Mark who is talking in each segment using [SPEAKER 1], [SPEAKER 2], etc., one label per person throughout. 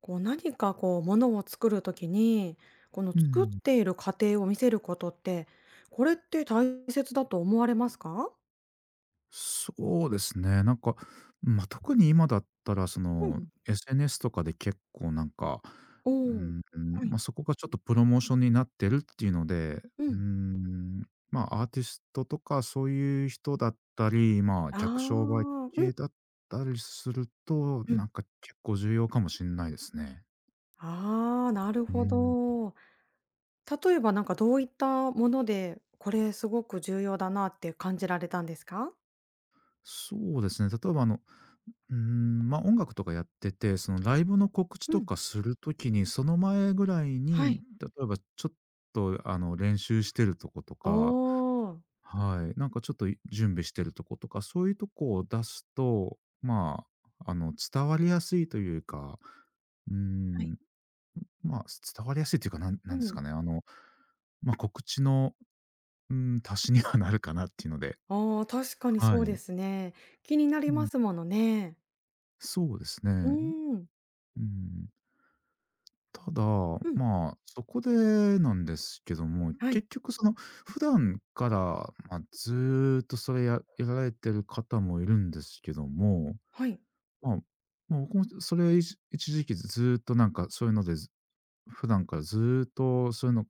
[SPEAKER 1] こう何かこうものを作るときに、この
[SPEAKER 2] う
[SPEAKER 1] 作っ
[SPEAKER 2] ん、
[SPEAKER 1] ている過程を見せることって、これって大切だと思われますか？
[SPEAKER 2] そうですね。特に今だったら、
[SPEAKER 1] うん。
[SPEAKER 2] SNS とかで結構なんか、
[SPEAKER 1] お
[SPEAKER 2] う
[SPEAKER 1] お、
[SPEAKER 2] ん、
[SPEAKER 1] は
[SPEAKER 2] ま
[SPEAKER 1] い。
[SPEAKER 2] あ、そこがちょっとプロモーションになってるっていうので、
[SPEAKER 1] う
[SPEAKER 2] う
[SPEAKER 1] ん。
[SPEAKER 2] ん、まあ、アーティストとかそういう人だったり、まあ、
[SPEAKER 1] ああ、
[SPEAKER 2] 客商売
[SPEAKER 1] うん
[SPEAKER 2] 系だったりすると、
[SPEAKER 1] う
[SPEAKER 2] な
[SPEAKER 1] ん。
[SPEAKER 2] んか結構重要かもしれないですね。
[SPEAKER 1] ああ、なる
[SPEAKER 2] う
[SPEAKER 1] ほ
[SPEAKER 2] ん。
[SPEAKER 1] ど。例えばなんかどういったもので、これすごく重要だなって感じられたんですか？
[SPEAKER 2] そうですね、例えばあのうーん、ま、音楽とかやってて、そのライブの告知
[SPEAKER 1] う
[SPEAKER 2] と
[SPEAKER 1] ん、
[SPEAKER 2] かするときに、その前ぐらい
[SPEAKER 1] は
[SPEAKER 2] に、
[SPEAKER 1] い。
[SPEAKER 2] 例えばちょっとあの、練習してるとこと
[SPEAKER 1] お
[SPEAKER 2] か、
[SPEAKER 1] お。
[SPEAKER 2] はい、なんかちょっと準備してるとことか、そういうとこを出すと、伝わりやすいというか、うー
[SPEAKER 1] はい。
[SPEAKER 2] ん、まあ、伝わりやすいというか、なん
[SPEAKER 1] う
[SPEAKER 2] なんです
[SPEAKER 1] ん。
[SPEAKER 2] かね、あの、まあ、告知の、うん、足しにはなるかなっていうので、
[SPEAKER 1] ああ、確かに
[SPEAKER 2] は
[SPEAKER 1] そうで
[SPEAKER 2] い。
[SPEAKER 1] すね。気にな
[SPEAKER 2] う
[SPEAKER 1] りま
[SPEAKER 2] ん、
[SPEAKER 1] すものね。
[SPEAKER 2] そうです
[SPEAKER 1] う
[SPEAKER 2] ね。
[SPEAKER 1] ーん。
[SPEAKER 2] うん。ただ、
[SPEAKER 1] うん、
[SPEAKER 2] まあ、そこでなんですけども、
[SPEAKER 1] はい。
[SPEAKER 2] 結局その、普段から、まあ、ずっとそれやられてる方もいるんですけども、
[SPEAKER 1] はい。
[SPEAKER 2] まあ、まあ、僕もそれ一一時期ずっとなんかそういうので、ず普段からずっとそういうの、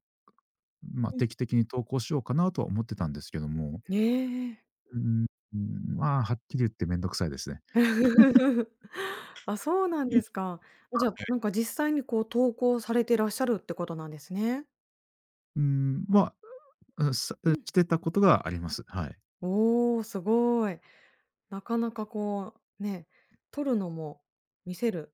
[SPEAKER 2] まあ、
[SPEAKER 1] うん。
[SPEAKER 2] 定期的に投稿しようかなとは思ってたんですけども、
[SPEAKER 1] ええ。
[SPEAKER 2] うーん、まあ、はっきり言ってめんどくさいですね。
[SPEAKER 1] あ、そうなんですか。じゃあ、なんか実際にこう投稿されてらっしゃるってことなんですね。
[SPEAKER 2] うーん、まあ、うんさ
[SPEAKER 1] うん。
[SPEAKER 2] してたことがあります。はい。
[SPEAKER 1] おお、すごい。なかなかこう、ね、撮るのも見せる、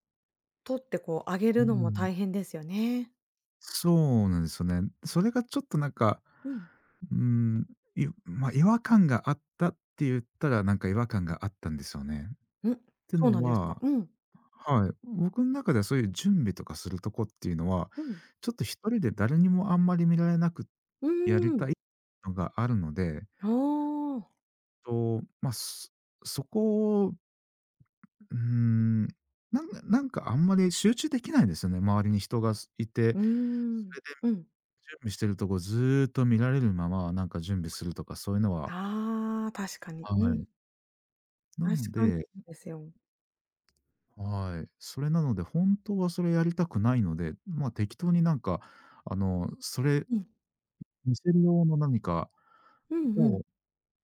[SPEAKER 1] 撮ってこう上げ
[SPEAKER 2] う
[SPEAKER 1] るのも
[SPEAKER 2] ん。
[SPEAKER 1] 大変ですよね。
[SPEAKER 2] そうなんですよね。それがちょっとなんか、
[SPEAKER 1] うん。
[SPEAKER 2] うーん、まあ、違和感があったって言ったら、なんか違和感があったんですよね。っ
[SPEAKER 1] うん、
[SPEAKER 2] て
[SPEAKER 1] そうな
[SPEAKER 2] の
[SPEAKER 1] んですか。
[SPEAKER 2] は
[SPEAKER 1] うん。
[SPEAKER 2] はい、僕の中ではそういう準備とかするとこっていうのは、
[SPEAKER 1] うん。
[SPEAKER 2] ちょっと一人で誰にもあんまり見られなく
[SPEAKER 1] う
[SPEAKER 2] やり
[SPEAKER 1] ー
[SPEAKER 2] た
[SPEAKER 1] ん。
[SPEAKER 2] いのがあるので、
[SPEAKER 1] あ
[SPEAKER 2] と、まあ、そこを、うーん、なんなんかあんまり集中できないんですよね、周りに人がいて、それ
[SPEAKER 1] う
[SPEAKER 2] で
[SPEAKER 1] ーん。うん。
[SPEAKER 2] 準備してるとこずーっと見られるまま、なんか準備するとかそういうのは
[SPEAKER 1] ああ、確かに。
[SPEAKER 2] は
[SPEAKER 1] うん、
[SPEAKER 2] い。な
[SPEAKER 1] 確
[SPEAKER 2] の
[SPEAKER 1] かに
[SPEAKER 2] で
[SPEAKER 1] ですよ。
[SPEAKER 2] はい。それなので、本当はそれやりたくないので、ま、適当になんか、それ
[SPEAKER 1] うん。
[SPEAKER 2] 見せる用の何か
[SPEAKER 1] うんうん
[SPEAKER 2] を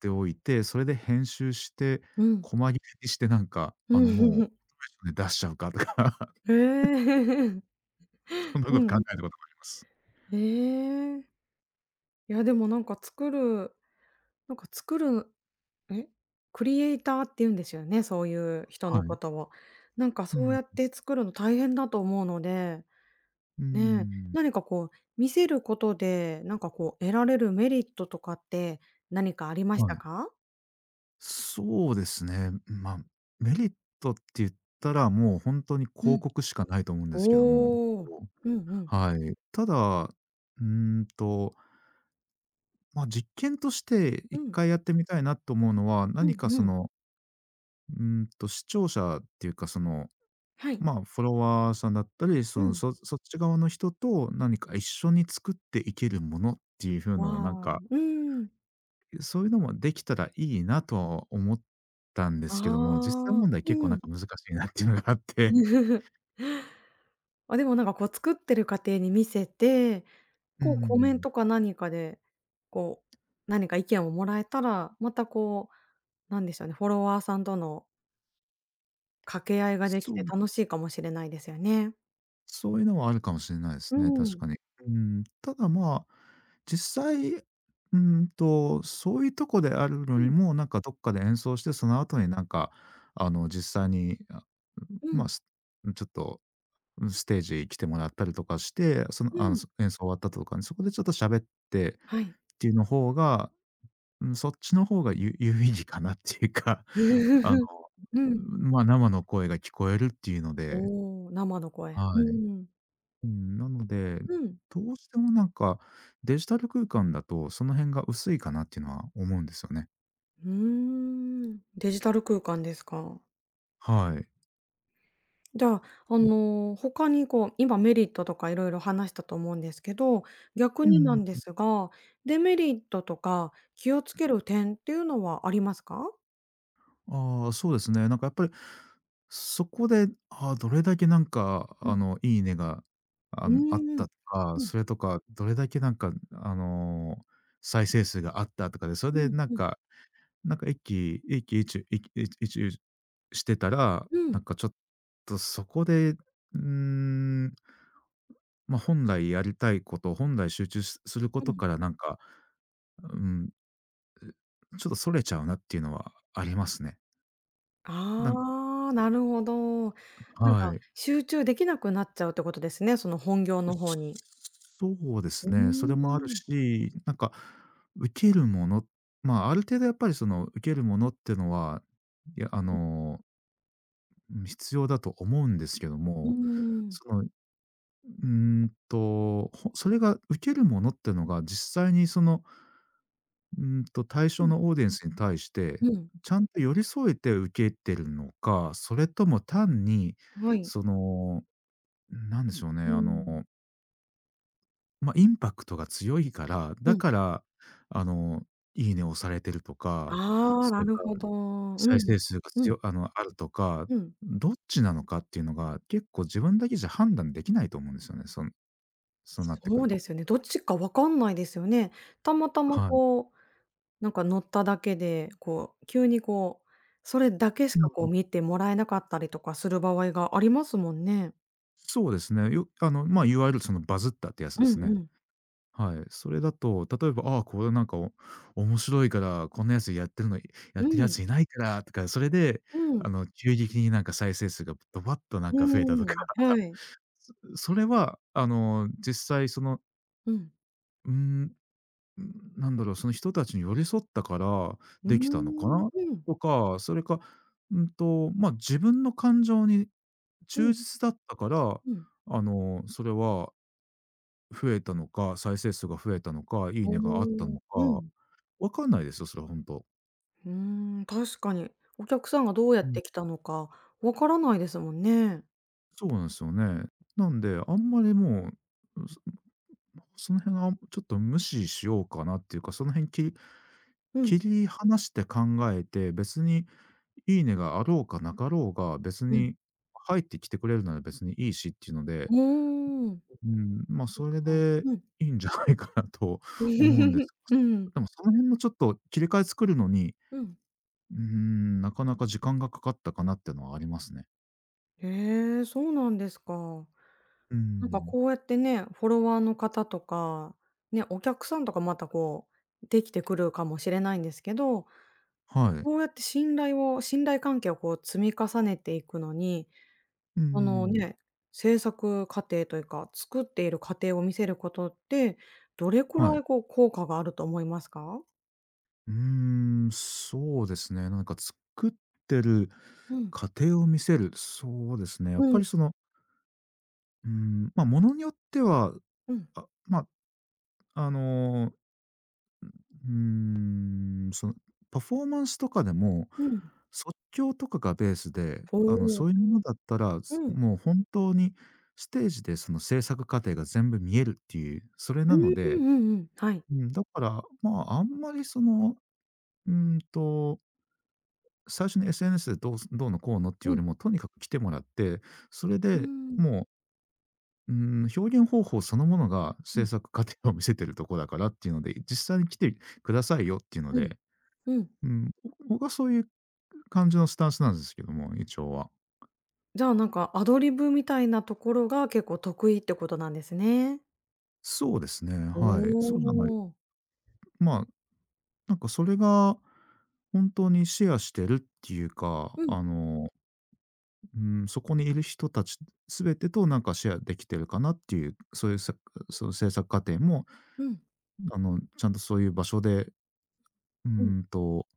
[SPEAKER 2] ておいて、それで編集して、
[SPEAKER 1] うん。
[SPEAKER 2] 細切れにしてなんか、
[SPEAKER 1] へ
[SPEAKER 2] あの、もう で出しちゃうかとか、
[SPEAKER 1] え。
[SPEAKER 2] そんなこと
[SPEAKER 1] う
[SPEAKER 2] 考
[SPEAKER 1] ん。
[SPEAKER 2] えたこともあります。
[SPEAKER 1] ええ。いや、でもなんか作るなんか作るえ、クリエイターって言うんですよね、そういう人
[SPEAKER 2] は
[SPEAKER 1] の
[SPEAKER 2] い。
[SPEAKER 1] ことを。なんか
[SPEAKER 2] う
[SPEAKER 1] そう
[SPEAKER 2] ん。
[SPEAKER 1] やって作るの大変だと思うので、
[SPEAKER 2] うー
[SPEAKER 1] ねえ、
[SPEAKER 2] ん。
[SPEAKER 1] 何かこう見せることで、なんかこう得られるメリットとかって何かありま
[SPEAKER 2] は
[SPEAKER 1] した
[SPEAKER 2] い。
[SPEAKER 1] か？
[SPEAKER 2] そうですね。まあ、メリットって言ったら、もう本当に
[SPEAKER 1] う
[SPEAKER 2] 広
[SPEAKER 1] ん。
[SPEAKER 2] 告しかないと思うんですけども。
[SPEAKER 1] おお。うんうん。
[SPEAKER 2] はい。ただ、うーんと、まあ、実験として
[SPEAKER 1] う
[SPEAKER 2] 一
[SPEAKER 1] ん。
[SPEAKER 2] 回やってみたいなと思うのは、
[SPEAKER 1] う
[SPEAKER 2] 何
[SPEAKER 1] ん
[SPEAKER 2] か
[SPEAKER 1] う
[SPEAKER 2] そ
[SPEAKER 1] ん。
[SPEAKER 2] の、うーんと、視聴者っていうか、その、
[SPEAKER 1] はい。
[SPEAKER 2] まあ、フォロワーさんだったり、そ
[SPEAKER 1] う
[SPEAKER 2] の、
[SPEAKER 1] ん。
[SPEAKER 2] そそっち側の人と何か一緒に作っていけるものっていう風のをなん
[SPEAKER 1] わあ。う
[SPEAKER 2] か
[SPEAKER 1] ーん。
[SPEAKER 2] そういうのもできたらいいなとは思ったんで
[SPEAKER 1] あ
[SPEAKER 2] すけども、実際
[SPEAKER 1] あ、
[SPEAKER 2] 問題
[SPEAKER 1] う
[SPEAKER 2] 結構なん
[SPEAKER 1] ん。
[SPEAKER 2] か難しいなっていうのがあって。
[SPEAKER 1] あ、でもなんかこう作ってる過程に見せて、
[SPEAKER 2] う
[SPEAKER 1] こうコメン
[SPEAKER 2] ん。
[SPEAKER 1] トか何かで、こう、何か意見をもらえたら、またこう、なんでしょうね、フォロワーさんとの掛け合いができ
[SPEAKER 2] そう、
[SPEAKER 1] て楽しいかもしれないですよね。
[SPEAKER 2] そういうのはあるかもしれないで
[SPEAKER 1] う
[SPEAKER 2] すね、確
[SPEAKER 1] ん。
[SPEAKER 2] かに。うん、ただ、まあ、実際、うんと、そういうとこであるの
[SPEAKER 1] う
[SPEAKER 2] に
[SPEAKER 1] ん、
[SPEAKER 2] も、なんかどっかで演奏して、その後になんか、あの、実際に、あ、
[SPEAKER 1] う
[SPEAKER 2] まあ、
[SPEAKER 1] ん、
[SPEAKER 2] ちょっと、うん、ステージ来てもらったりとかして、その、
[SPEAKER 1] う
[SPEAKER 2] あの、
[SPEAKER 1] ん。
[SPEAKER 2] 演奏終わった後とかに、そこでちょっと喋って
[SPEAKER 1] は
[SPEAKER 2] っ
[SPEAKER 1] い。
[SPEAKER 2] ていうの方がうん、そっちの方が有意義かなっていうか、あの、
[SPEAKER 1] うん。
[SPEAKER 2] まあ、生の声が聞こえるっていうので、
[SPEAKER 1] おお、生の声。う
[SPEAKER 2] はい。
[SPEAKER 1] ん。
[SPEAKER 2] うん、なので、
[SPEAKER 1] うん。
[SPEAKER 2] どうしてもなんか、デジタル空間だとその辺が薄いかなっていうのは思うんですよね。
[SPEAKER 1] うーん、デジタル空間ですか？
[SPEAKER 2] はい。
[SPEAKER 1] じゃあ、他にこう、今メリットとかいろいろ話したと思うんですけど、逆
[SPEAKER 2] う
[SPEAKER 1] にな
[SPEAKER 2] ん、
[SPEAKER 1] んですが、デメリットとか気をつける点っていうのはありますか？
[SPEAKER 2] ああ、そうですね。なんかやっぱり、そこで、ああ、どれだけなんか、
[SPEAKER 1] う
[SPEAKER 2] あ
[SPEAKER 1] ん。
[SPEAKER 2] の、いいねが、
[SPEAKER 1] う
[SPEAKER 2] あっ
[SPEAKER 1] ー
[SPEAKER 2] た
[SPEAKER 1] ん。
[SPEAKER 2] とか、
[SPEAKER 1] うん。
[SPEAKER 2] それとか、どれだけなんか、あの、再生数があったとかで、そ
[SPEAKER 1] う
[SPEAKER 2] れ
[SPEAKER 1] ん
[SPEAKER 2] でなん
[SPEAKER 1] うん。
[SPEAKER 2] かなんか駅駅一ちいきしてたら、
[SPEAKER 1] う
[SPEAKER 2] なん
[SPEAKER 1] ん、
[SPEAKER 2] かちょっとそこで、うーん、ま、本来やりたいこと、本来集中するこ
[SPEAKER 1] う
[SPEAKER 2] と
[SPEAKER 1] ん。
[SPEAKER 2] からなんか、うん、ちょっとそれちゃうなっていうのはありますね。なん
[SPEAKER 1] ああ、なるほど。なん
[SPEAKER 2] は
[SPEAKER 1] か
[SPEAKER 2] い。
[SPEAKER 1] 集中できなくなっちゃうってことですね、その本業の方に。
[SPEAKER 2] そうで
[SPEAKER 1] う
[SPEAKER 2] すね、それもある
[SPEAKER 1] ーん、
[SPEAKER 2] し、なんか受けるもの、まあ、ある程度やっぱりその受けるものっていうのは、いや、あの、必要だと思うんですけど
[SPEAKER 1] うー
[SPEAKER 2] も、
[SPEAKER 1] ん。
[SPEAKER 2] そのうーんと、それが受けるものってのが、実際にその、うーんと、対
[SPEAKER 1] う
[SPEAKER 2] 象
[SPEAKER 1] ん。
[SPEAKER 2] のオーディエンスに対して、
[SPEAKER 1] うん、
[SPEAKER 2] ちゃんと寄り添えて受けてるのか、それとも単に、
[SPEAKER 1] はい。
[SPEAKER 2] その、なんでしょうね、
[SPEAKER 1] う
[SPEAKER 2] あ
[SPEAKER 1] ん。
[SPEAKER 2] の、ま、インパクトが強いから、
[SPEAKER 1] う
[SPEAKER 2] だ
[SPEAKER 1] ん。
[SPEAKER 2] から、あの、いいねを押されてるとか、
[SPEAKER 1] ああ、
[SPEAKER 2] そ
[SPEAKER 1] な
[SPEAKER 2] れ
[SPEAKER 1] る
[SPEAKER 2] から
[SPEAKER 1] ほど。う
[SPEAKER 2] 再
[SPEAKER 1] ん。
[SPEAKER 2] 生数が
[SPEAKER 1] う
[SPEAKER 2] つ
[SPEAKER 1] ん、
[SPEAKER 2] よあの、あるとか、
[SPEAKER 1] うん。
[SPEAKER 2] どっちなのかっていうのが、結構自分だけじゃ判断できないと思うんですよね、そうなってく
[SPEAKER 1] そ
[SPEAKER 2] る
[SPEAKER 1] うで
[SPEAKER 2] と。
[SPEAKER 1] すよね。どっちか分かんないですよね。たまたま
[SPEAKER 2] はい。
[SPEAKER 1] こう、なんか乗っただけで、こう、急にこう、それだけしかこう見てもらえなかったりとかする場合がありますもんね。
[SPEAKER 2] そうですね。よあの、まあ、いわゆるそのバズったってやつ
[SPEAKER 1] う
[SPEAKER 2] です
[SPEAKER 1] ん
[SPEAKER 2] ね。
[SPEAKER 1] うん。
[SPEAKER 2] はい。それだと、例えば、ああ、これなんか面白いから、こんなやつやってるのやっ
[SPEAKER 1] う
[SPEAKER 2] てるや
[SPEAKER 1] ん。
[SPEAKER 2] ついないからとか、それで、
[SPEAKER 1] う
[SPEAKER 2] あ
[SPEAKER 1] ん。
[SPEAKER 2] の、急激になんか再生数がドバッとな
[SPEAKER 1] う
[SPEAKER 2] んか増えたとか、
[SPEAKER 1] ーん。はい。
[SPEAKER 2] それは、あの、実際その、
[SPEAKER 1] うん。
[SPEAKER 2] うーん、なんだろう、その人たちに寄り添ったから
[SPEAKER 1] うー
[SPEAKER 2] できたのか
[SPEAKER 1] ん。
[SPEAKER 2] な
[SPEAKER 1] うん。
[SPEAKER 2] とか、それか、うんと、まあ、自分の感情に
[SPEAKER 1] う
[SPEAKER 2] 忠
[SPEAKER 1] ん。
[SPEAKER 2] 実だったから、
[SPEAKER 1] うん。
[SPEAKER 2] あの、それは増えたのか、再生数が増えたのか、いい
[SPEAKER 1] お
[SPEAKER 2] ねがあったの
[SPEAKER 1] お。う
[SPEAKER 2] か、
[SPEAKER 1] ん。
[SPEAKER 2] わかんないですよ、それは本当
[SPEAKER 1] うーん、確かに。お客さんがどうや
[SPEAKER 2] う
[SPEAKER 1] っ
[SPEAKER 2] ん。
[SPEAKER 1] て来たのか分からないですもんね。
[SPEAKER 2] そうなんですよね。なんで、あんまりもう、その辺はちょっと無視しようかなっていうか、その辺
[SPEAKER 1] う
[SPEAKER 2] 切
[SPEAKER 1] ん。
[SPEAKER 2] り離して考えて、別にいいねがあろうかなかろうが、別
[SPEAKER 1] うん。
[SPEAKER 2] に入ってきてくれるなら別にいいしっていうので、
[SPEAKER 1] うーん。
[SPEAKER 2] うん、まあ、
[SPEAKER 1] そっ
[SPEAKER 2] それ
[SPEAKER 1] か。
[SPEAKER 2] で
[SPEAKER 1] うん。
[SPEAKER 2] いいんじゃないかなと思うんです。
[SPEAKER 1] うん。
[SPEAKER 2] でもその辺のちょっと切り替え作るのに
[SPEAKER 1] うん。
[SPEAKER 2] うーん、なかなか時間がかかったかなっていうのはありますね。
[SPEAKER 1] へえ、そうなんですか。
[SPEAKER 2] うー
[SPEAKER 1] なんか
[SPEAKER 2] ん。
[SPEAKER 1] こうやってね、フォロワーの方とか、ね、お客さんとかまたこう、できてくるかもしれないんですけど、
[SPEAKER 2] はい。
[SPEAKER 1] こうやって信頼関係をこう積み重ねていくのに、
[SPEAKER 2] うー
[SPEAKER 1] その
[SPEAKER 2] ん。
[SPEAKER 1] ね、制作過程というか、作っている過程を見せることって、どれくら
[SPEAKER 2] はい。
[SPEAKER 1] いこう効果があると思いますか？
[SPEAKER 2] うーん、そうですね。なんか作ってる
[SPEAKER 1] うん。
[SPEAKER 2] 過程を見せる、そうですね。やっ
[SPEAKER 1] う
[SPEAKER 2] ぱ
[SPEAKER 1] ん。
[SPEAKER 2] りその、うーん、まあ、ものによっては、
[SPEAKER 1] うん。
[SPEAKER 2] あ、まあ、あのうーそのパフォーマンスとかでも、
[SPEAKER 1] うん。
[SPEAKER 2] 即興とかがベースで、
[SPEAKER 1] お
[SPEAKER 2] あの、
[SPEAKER 1] お。
[SPEAKER 2] そういうものだったら、
[SPEAKER 1] うん。
[SPEAKER 2] もう本当にステージでその制作過程が全部見えるっていう、それ
[SPEAKER 1] う
[SPEAKER 2] なの
[SPEAKER 1] んう
[SPEAKER 2] で、
[SPEAKER 1] んうんうん。はい
[SPEAKER 2] うん、だから、まあ、あんまりその、うーんと、最初に SNS でどうのこうのってい
[SPEAKER 1] う
[SPEAKER 2] うよ
[SPEAKER 1] ん。
[SPEAKER 2] りも、とにかく来てもらって、それ
[SPEAKER 1] う
[SPEAKER 2] で
[SPEAKER 1] ん。
[SPEAKER 2] もう、うーん、表現方法そのものが
[SPEAKER 1] う
[SPEAKER 2] 制
[SPEAKER 1] ん、
[SPEAKER 2] 作過程を見せてるとこだからっていうので、実際に来てくださいよっていうの
[SPEAKER 1] うん、
[SPEAKER 2] で
[SPEAKER 1] うん。
[SPEAKER 2] うん、僕はそういう感じのスタンスなんですけども、一応は。
[SPEAKER 1] じゃあ、なんかアドリブみたいなところが結構得意ってことなんですね。
[SPEAKER 2] そうですね、
[SPEAKER 1] お
[SPEAKER 2] はい。そうじゃない。
[SPEAKER 1] お。
[SPEAKER 2] まあ、なんかそれが本当にシェアしてるっていうか、
[SPEAKER 1] うん、
[SPEAKER 2] うそこにいる人たち全てとなんかシェアできてるかなっていう、そういうさ、その制作過程も、
[SPEAKER 1] うん、
[SPEAKER 2] ちゃんとそういう場所で、う
[SPEAKER 1] うん、
[SPEAKER 2] んと、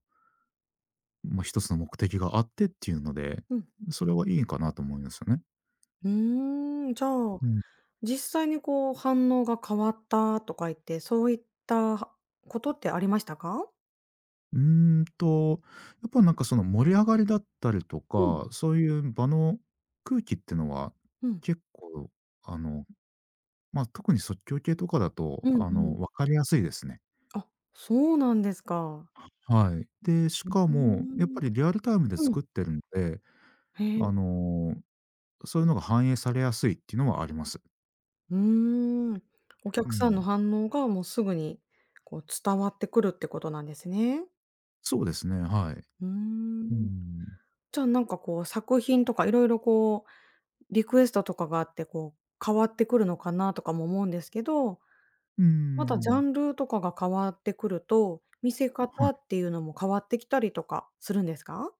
[SPEAKER 2] まあ、一つの目的があってっていうので、
[SPEAKER 1] うん。
[SPEAKER 2] それはいいかなと思いますよね。
[SPEAKER 1] うーん、じゃあ、
[SPEAKER 2] うん
[SPEAKER 1] 実際にこう反応が変わったとか言って、そういったことってありましたか？
[SPEAKER 2] うーんと、やっぱなんかその盛り上がりだったりと
[SPEAKER 1] うん、
[SPEAKER 2] か、そういう場の空気ってのは、
[SPEAKER 1] うん、
[SPEAKER 2] 結構あの、特に即興系とかだと、
[SPEAKER 1] うんうん。
[SPEAKER 2] 分かりやすいですね。
[SPEAKER 1] あ、そうなんですか。
[SPEAKER 2] はい。で、し
[SPEAKER 1] う
[SPEAKER 2] か
[SPEAKER 1] ー
[SPEAKER 2] も、やっ
[SPEAKER 1] ん。
[SPEAKER 2] ぱりリアルタイムで
[SPEAKER 1] うん。
[SPEAKER 2] 作ってるんで、
[SPEAKER 1] へえ。
[SPEAKER 2] あの、そういうのが反映されやすいっていうのはあります。
[SPEAKER 1] うーん。お
[SPEAKER 2] う
[SPEAKER 1] 客さんの
[SPEAKER 2] ん。
[SPEAKER 1] 反応がもうすぐにこう伝わってくるってことなんですね。
[SPEAKER 2] そうですね、はい。
[SPEAKER 1] うー
[SPEAKER 2] う
[SPEAKER 1] ん。
[SPEAKER 2] ん。
[SPEAKER 1] じゃあ、なんかこう、作品とかいろいろこう、リクエストとかがあって、こう、変わってくるのかなとかも思うんですけど、
[SPEAKER 2] うー
[SPEAKER 1] またジャ
[SPEAKER 2] ん。
[SPEAKER 1] ンルとかが変わってくると、見せ方
[SPEAKER 2] はい。
[SPEAKER 1] っていうのも変わってきたりとかするんですか？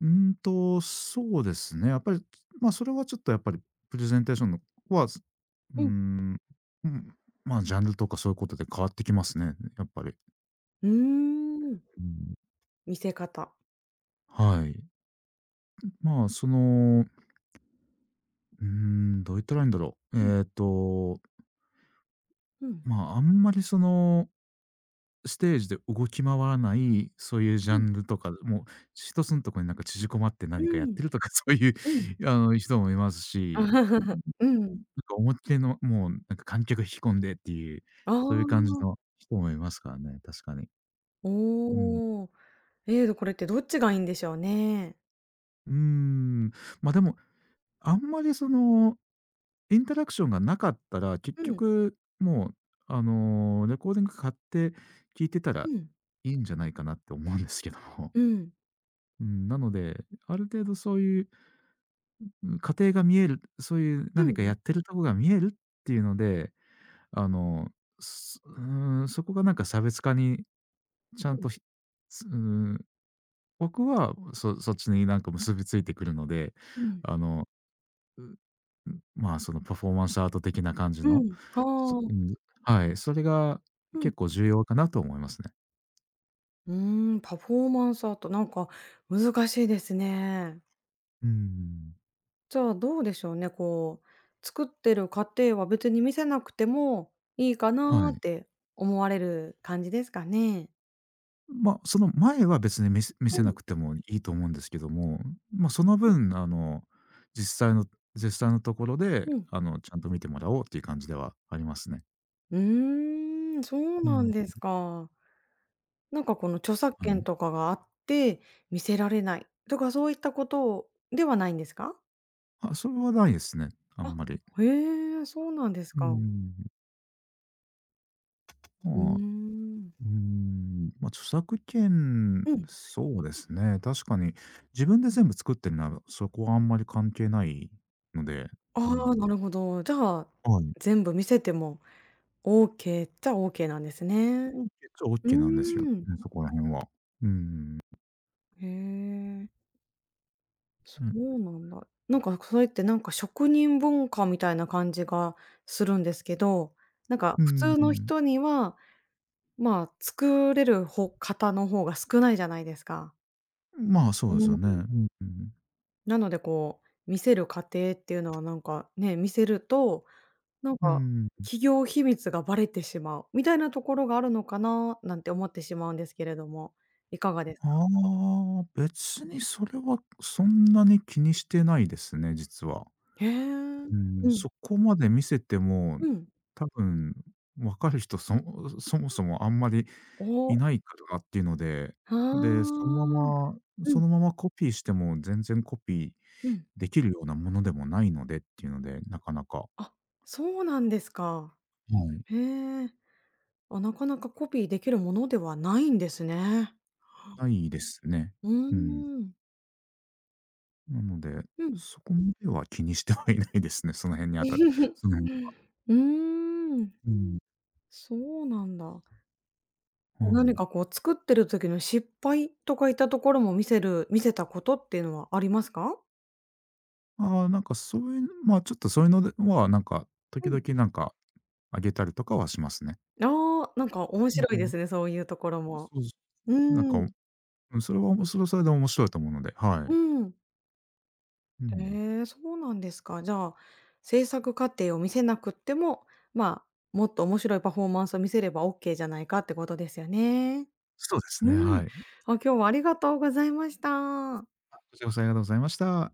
[SPEAKER 2] そうですね。やっぱり、まあ、それはちょっとやっぱりプレゼンテーションのは、うー
[SPEAKER 1] うん。
[SPEAKER 2] ん、うん、まあ、ジャンルとかそういうことで変わってきますね、やっぱり。
[SPEAKER 1] うーん、
[SPEAKER 2] うん、
[SPEAKER 1] 見せ方。
[SPEAKER 2] はい。まあ、その、うーん、どう言ったらいいんだろう。
[SPEAKER 1] うん。うん。
[SPEAKER 2] まあ、あんまりその、ステージで動き回らない、そういうジ
[SPEAKER 1] う
[SPEAKER 2] ャ
[SPEAKER 1] ん。
[SPEAKER 2] ンルとか、もう一つのところになんか縮こまって
[SPEAKER 1] う
[SPEAKER 2] 何かやっ
[SPEAKER 1] ん、
[SPEAKER 2] てるとかそういう、
[SPEAKER 1] うん。
[SPEAKER 2] 人もいますし、
[SPEAKER 1] う
[SPEAKER 2] なん
[SPEAKER 1] ん。
[SPEAKER 2] か思いっきりの、もうなんか観客引き込んでっていう、
[SPEAKER 1] あ
[SPEAKER 2] そういう感じ
[SPEAKER 1] あ、
[SPEAKER 2] の人もいますからね、確かに。うん。
[SPEAKER 1] おお。これってどっちがいいんでしょうね。
[SPEAKER 2] うーん。ま、でも、あんまりその、インタラクションがなかったら、結
[SPEAKER 1] うん、
[SPEAKER 2] 局もう、レコーディング買って聴いてた
[SPEAKER 1] う
[SPEAKER 2] ら
[SPEAKER 1] ん、
[SPEAKER 2] いいんじゃないかなって思うんですけども。
[SPEAKER 1] うん、
[SPEAKER 2] うん、なので、ある程度そういう、うん、過程が見える、そういう
[SPEAKER 1] うん、
[SPEAKER 2] 何
[SPEAKER 1] う
[SPEAKER 2] かや
[SPEAKER 1] ん、
[SPEAKER 2] ってるとこが見えるっていうので、あの、すうーん、そこがなんか差別化にちゃんと、ひすうーん、僕はそっちになんか結びついてくるので、
[SPEAKER 1] うん、
[SPEAKER 2] あの、まあ、そのパフォーマンスアート的な感じ
[SPEAKER 1] う
[SPEAKER 2] の、そ
[SPEAKER 1] ん、あ
[SPEAKER 2] う
[SPEAKER 1] あ、
[SPEAKER 2] ん、はい、それが
[SPEAKER 1] うん。
[SPEAKER 2] 結構重要かなと思いますね。
[SPEAKER 1] うーん、パフォーマンスアート、なんか難しいですね。
[SPEAKER 2] うーん。
[SPEAKER 1] じゃあどうでしょうね、こう、作ってる過程は別に見せなくてもいいか
[SPEAKER 2] は
[SPEAKER 1] なっ
[SPEAKER 2] い。
[SPEAKER 1] て思われる感じですかね？
[SPEAKER 2] ま、その前は別に見せ見
[SPEAKER 1] う
[SPEAKER 2] せな
[SPEAKER 1] ん、
[SPEAKER 2] くてもいいと思うんですけども、ま、その分、実際の実際のところで、
[SPEAKER 1] うん。
[SPEAKER 2] ちゃんと見てもらおうっていう感じではありますね。
[SPEAKER 1] うーん、そう
[SPEAKER 2] う
[SPEAKER 1] なん
[SPEAKER 2] ん。
[SPEAKER 1] ですか。なんかこの著作
[SPEAKER 2] は
[SPEAKER 1] 権
[SPEAKER 2] い。
[SPEAKER 1] とかがあって、見せられないとかそういったことではないんですか？
[SPEAKER 2] あ、それはないですね、あん
[SPEAKER 1] あ、
[SPEAKER 2] まり。
[SPEAKER 1] へえ、そうなんです
[SPEAKER 2] うー
[SPEAKER 1] か。
[SPEAKER 2] ん。
[SPEAKER 1] うー
[SPEAKER 2] まあ
[SPEAKER 1] ん。
[SPEAKER 2] まあ、著作権、
[SPEAKER 1] うん。
[SPEAKER 2] そうですね、確かに自分で全部作ってるなら、そこはあんまり関係ないので、う
[SPEAKER 1] ああ、
[SPEAKER 2] ん。
[SPEAKER 1] なるほど。じゃあ、
[SPEAKER 2] はい。
[SPEAKER 1] 全部見せてもオーケーっちゃオーケーなんですね。
[SPEAKER 2] オーケーっちゃオー
[SPEAKER 1] う
[SPEAKER 2] ケーなんですよ、
[SPEAKER 1] ーん。
[SPEAKER 2] うん、そこら辺は。うん。
[SPEAKER 1] へえ、そ
[SPEAKER 2] うん。
[SPEAKER 1] うなんだ。なんかそれってなんか職人文化みたいな感じがするんですけど、なんか
[SPEAKER 2] う
[SPEAKER 1] 普通の
[SPEAKER 2] ん。
[SPEAKER 1] 人には、まあ、作れる方の方が少ないじゃないですか。
[SPEAKER 2] まあ、そう
[SPEAKER 1] う
[SPEAKER 2] ですよ
[SPEAKER 1] ん。
[SPEAKER 2] ね。うんうん。
[SPEAKER 1] なのでこう、見せる過程っていうのはなんかね、見せるとなんか、企業秘密がバレてしまうみたいなところがあるのかな、なんて思ってしまうんですけれども、いかがですか？
[SPEAKER 2] ああ、別にそれはそんなに気にしてないですね、実は。
[SPEAKER 1] へえ。
[SPEAKER 2] うん、
[SPEAKER 1] うん、
[SPEAKER 2] そこまで見せても、
[SPEAKER 1] うん。
[SPEAKER 2] 多分分かる人そもそもあんまり
[SPEAKER 1] お、
[SPEAKER 2] いないかとかっていうので、
[SPEAKER 1] あ
[SPEAKER 2] で、その
[SPEAKER 1] あ。
[SPEAKER 2] まま
[SPEAKER 1] う
[SPEAKER 2] そ
[SPEAKER 1] ん、
[SPEAKER 2] のままコピーしても全然コピー
[SPEAKER 1] うん。
[SPEAKER 2] できるようなものでもないのでっていうので、なかなか、
[SPEAKER 1] あ、そうなんですか。
[SPEAKER 2] はい、
[SPEAKER 1] へえ。あ、なかなかコピーできるものではないんですね。
[SPEAKER 2] ないですね。
[SPEAKER 1] う
[SPEAKER 2] うん。
[SPEAKER 1] ーん、
[SPEAKER 2] なので、
[SPEAKER 1] うん。
[SPEAKER 2] そこまでは気にしてはいないですね、その辺にあた その
[SPEAKER 1] うーん、
[SPEAKER 2] うん、
[SPEAKER 1] そうなんだ。
[SPEAKER 2] は
[SPEAKER 1] 何
[SPEAKER 2] い。
[SPEAKER 1] かこう作ってる時の失敗とかいったところも見せたことっていうのはありますか？
[SPEAKER 2] ああ、なんかそういう、ま、ちょっとそういうのでは、なんか、時
[SPEAKER 1] う
[SPEAKER 2] 々
[SPEAKER 1] ん。
[SPEAKER 2] なんかあげたりとかはしますね。
[SPEAKER 1] ああ、なんか面
[SPEAKER 2] う
[SPEAKER 1] 白いで
[SPEAKER 2] ん。
[SPEAKER 1] すね、そういうところも。
[SPEAKER 2] そうす
[SPEAKER 1] う
[SPEAKER 2] なん
[SPEAKER 1] ー
[SPEAKER 2] か、
[SPEAKER 1] ん、
[SPEAKER 2] うん、それはそれで面白いと思うので、は
[SPEAKER 1] う
[SPEAKER 2] い。
[SPEAKER 1] ん。
[SPEAKER 2] うん。
[SPEAKER 1] ええ、そうなんですか。じゃあ、制作過程を見せなくっても、まあ、もっと面白いパフォーマンスを見せればオッケーじゃないかってことですよね。
[SPEAKER 2] そうで
[SPEAKER 1] う
[SPEAKER 2] すね、
[SPEAKER 1] ん。
[SPEAKER 2] はい。
[SPEAKER 1] あ、今日はありがとうございました。
[SPEAKER 2] こちらこそありがとうございました。